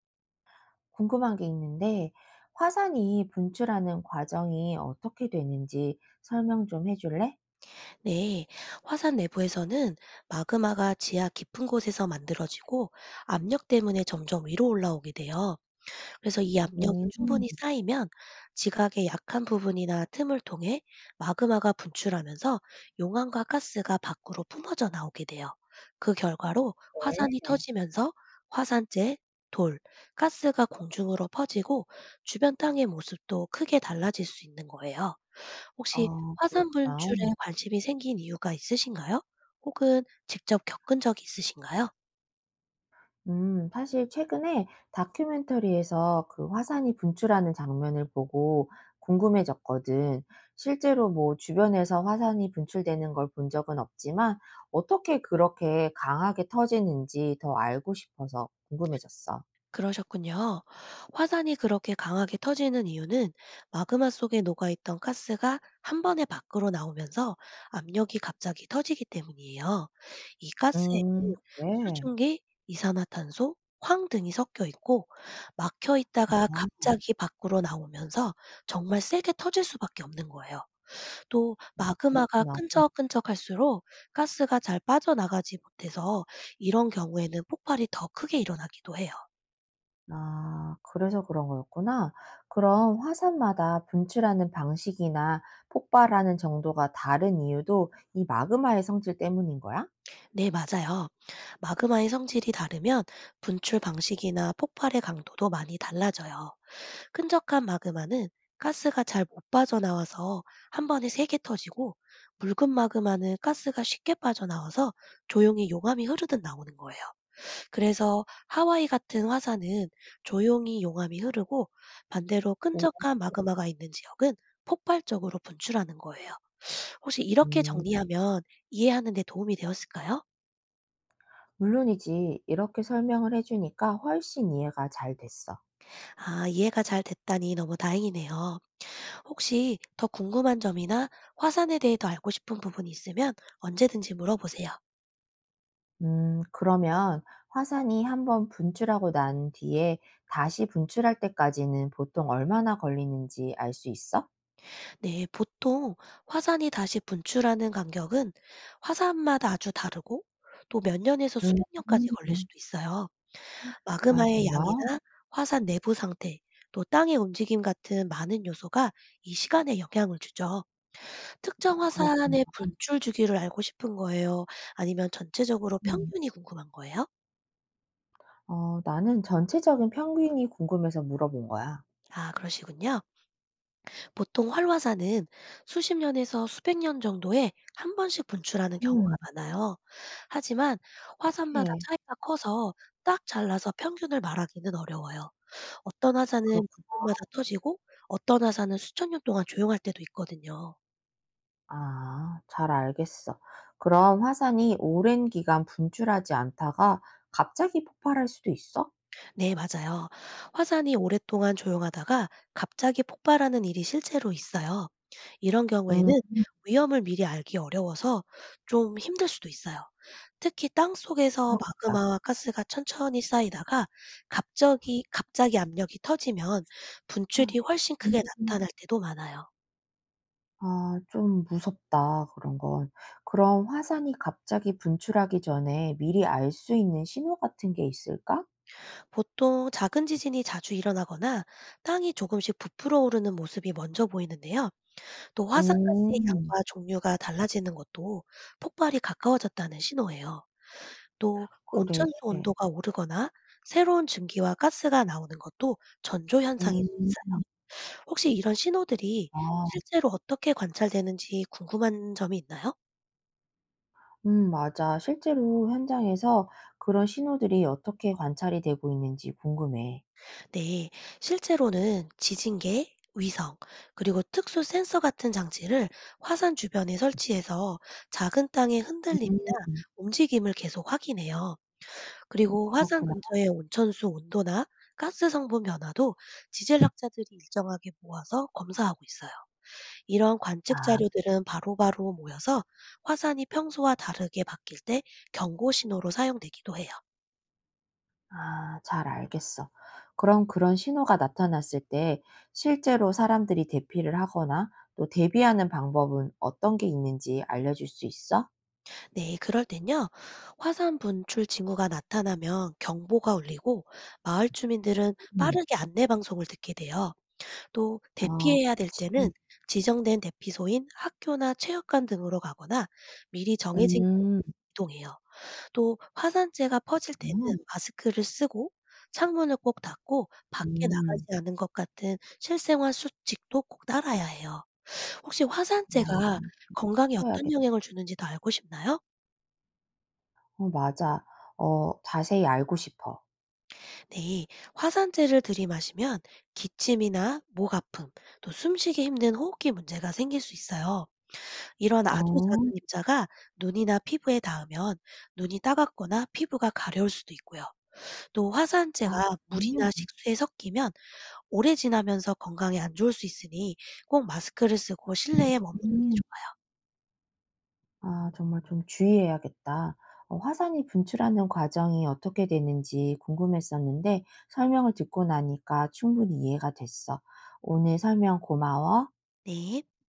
궁금한 게 있는데, 화산이 분출하는 과정이 어떻게 되는지 설명 좀 해줄래? 네, 화산 내부에서는 마그마가 지하 깊은 곳에서 만들어지고 압력 때문에 점점 위로 올라오게 돼요. 그래서 이 압력이 음, 음. 충분히 쌓이면 지각의 약한 부분이나 틈을 통해 마그마가 분출하면서 용암과 가스가 밖으로 뿜어져 나오게 돼요. 그 결과로 화산이 네. 터지면서 화산재, 돌, 가스가 공중으로 퍼지고 주변 땅의 모습도 크게 달라질 수 있는 거예요. 혹시 어, 화산 그렇구나. 분출에 관심이 생긴 이유가 있으신가요? 혹은 직접 겪은 적이 있으신가요? 사실 최근에 다큐멘터리에서 그 화산이 분출하는 장면을 보고 궁금해졌거든. 실제로 뭐 주변에서 화산이 분출되는 걸 본 적은 없지만 어떻게 그렇게 강하게 터지는지 더 알고 싶어서 궁금해졌어. 그러셨군요. 화산이 그렇게 강하게 터지는 이유는 마그마 속에 녹아있던 가스가 한 번에 밖으로 나오면서 압력이 갑자기 터지기 때문이에요. 이 가스에는 그래. 수증기, 이산화탄소, 황 등이 섞여 있고 막혀 있다가 아, 갑자기 밖으로 나오면서 정말 세게 터질 수밖에 없는 거예요. 또 마그마가 그렇구나. 끈적끈적할수록 가스가 잘 빠져나가지 못해서 이런 경우에는 폭발이 더 크게 일어나기도 해요. 아, 그래서 그런 거였구나. 그럼 화산마다 분출하는 방식이나 폭발하는 정도가 다른 이유도 이 마그마의 성질 때문인 거야? 네, 맞아요. 마그마의 성질이 다르면 분출 방식이나 폭발의 강도도 많이 달라져요. 끈적한 마그마는 가스가 잘 못 빠져나와서 한 번에 세게 터지고 묽은 마그마는 가스가 쉽게 빠져나와서 조용히 용암이 흐르듯 나오는 거예요. 그래서 하와이 같은 화산은 조용히 용암이 흐르고 반대로 오. 끈적한 마그마가 있는 지역은 폭발적으로 분출하는 거예요. 혹시 이렇게 알겠어. 정리하면 이해하는 데 도움이 되었을까요? 물론이지. 이렇게 설명을 해 주니까 훨씬 이해가 잘 됐어. 아, 이해가 잘 됐다니 너무 다행이네요. 혹시 더 궁금한 점이나 화산에 대해 더 알고 싶은 부분이 있으면 언제든지 물어보세요. 그러면 화산이 한번 분출하고 난 뒤에 다시 분출할 때까지는 보통 얼마나 걸리는지 알 수 있어? 네, 보통 화산이 다시 분출하는 간격은 화산마다 아주 다르고 또 몇 년에서 음. 수백 년까지 걸릴 음. 수도 있어요. 아, 마그마의 정말? 양이나 화산 내부 상태, 또 땅의 움직임 같은 많은 요소가 이 시간에 영향을 주죠. 특정 그렇구나. 화산의 분출 주기를 알고 싶은 거예요? 아니면 전체적으로 평균이 궁금한 거예요? 어, 나는 전체적인 평균이 궁금해서 물어본 거야. 아, 그러시군요. 보통 활화산은 수십 년에서 수백 년 정도에 한 번씩 분출하는 경우가 음. 많아요. 하지만 화산마다 예. 차이가 커서 딱 잘라서 평균을 말하기는 어려워요. 어떤 화산은 그렇군. 마다 터지고 어떤 화산은 수천 년 동안 조용할 때도 있거든요. 아, 잘 알겠어. 그럼 화산이 오랜 기간 분출하지 않다가 갑자기 폭발할 수도 있어? 네, 맞아요. 화산이 오랫동안 조용하다가 갑자기 폭발하는 일이 실제로 있어요. 이런 음 경우에는 위험을 미리 알기 어려워서 좀 힘들 수도 있어요. 특히 땅 속에서 그렇겠다. 마그마와 가스가 천천히 쌓이다가 갑자기 압력이 터지면 분출이 훨씬 크게 음. 나타날 때도 많아요. 아, 좀 무섭다 그런 건. 그럼 화산이 갑자기 분출하기 전에 미리 알 수 있는 신호 같은 게 있을까? 보통 작은 지진이 자주 일어나거나 땅이 조금씩 부풀어 오르는 모습이 먼저 보이는데요. 또 화산가스의 음, 양과 종류가 달라지는 것도 폭발이 가까워졌다는 신호예요. 또 그래. 온천수 온도가 오르거나 새로운 증기와 가스가 나오는 것도 전조 현상일 수 음. 있어요. 혹시 이런 신호들이 아. 실제로 어떻게 관찰되는지 궁금한 점이 있나요? 맞아. 실제로 현장에서 그런 신호들이 어떻게 관찰이 되고 있는지 궁금해. 네, 실제로는 지진계, 위성, 그리고 특수 센서 같은 장치를 화산 주변에 설치해서 작은 땅의 흔들림이나 음. 움직임을 계속 확인해요. 어, 그리고 화산 그렇구나. 근처의 온천수 온도나 가스 성분 변화도 지질학자들이 일정하게 모아서 검사하고 있어요. 이런 관측 아, 자료들은 바로바로 모여서 화산이 평소와 다르게 바뀔 때 경고 신호로 사용되기도 해요. 아, 잘 알겠어. 그럼 그런 신호가 나타났을 때 실제로 사람들이 대피를 하거나 또 대비하는 방법은 어떤 게 있는지 알려줄 수 있어? 네, 그럴 땐요. 화산 분출 징후가 나타나면 경보가 울리고 마을 주민들은 음. 빠르게 안내 방송을 듣게 돼요. 또 아, 대피해야 될 때는 그치. 지정된 대피소인 학교나 체육관 등으로 가거나 미리 정해진 길로 음. 이동해요. 또 화산재가 퍼질 때는 그렇구나. 마스크를 쓰고 창문을 꼭 닫고 밖에 나가지 음, 않은 것 같은 실생활 수칙도 꼭 따라야 해요. 혹시 아, 화산재가 건강에 어떤 해봐야겠다. 영향을 주는지도 알고 싶나요? 어, 맞아. 어, 자세히 알고 싶어. 네, 화산재를 들이마시면 기침이나 목 아픔, 또 숨쉬기 힘든 호흡기 문제가 생길 수 있어요. 이런 아주 작은 어, 입자가 눈이나 피부에 닿으면 눈이 따갑거나 피부가 가려울 수도 있고요. 또 아, 화산재가 그럼요. 물이나 식수에 섞이면 오래 지나면서 건강에 안 좋을 수 있으니 꼭 마스크를 쓰고 실내에 머무는 게 음. 좋아요. 아, 정말 좀 주의해야겠다. 어, 화산이 분출하는 과정이 어떻게 되는지 궁금했었는데 설명을 듣고 나니까 충분히 이해가 됐어. 오늘 설명 고마워. 네.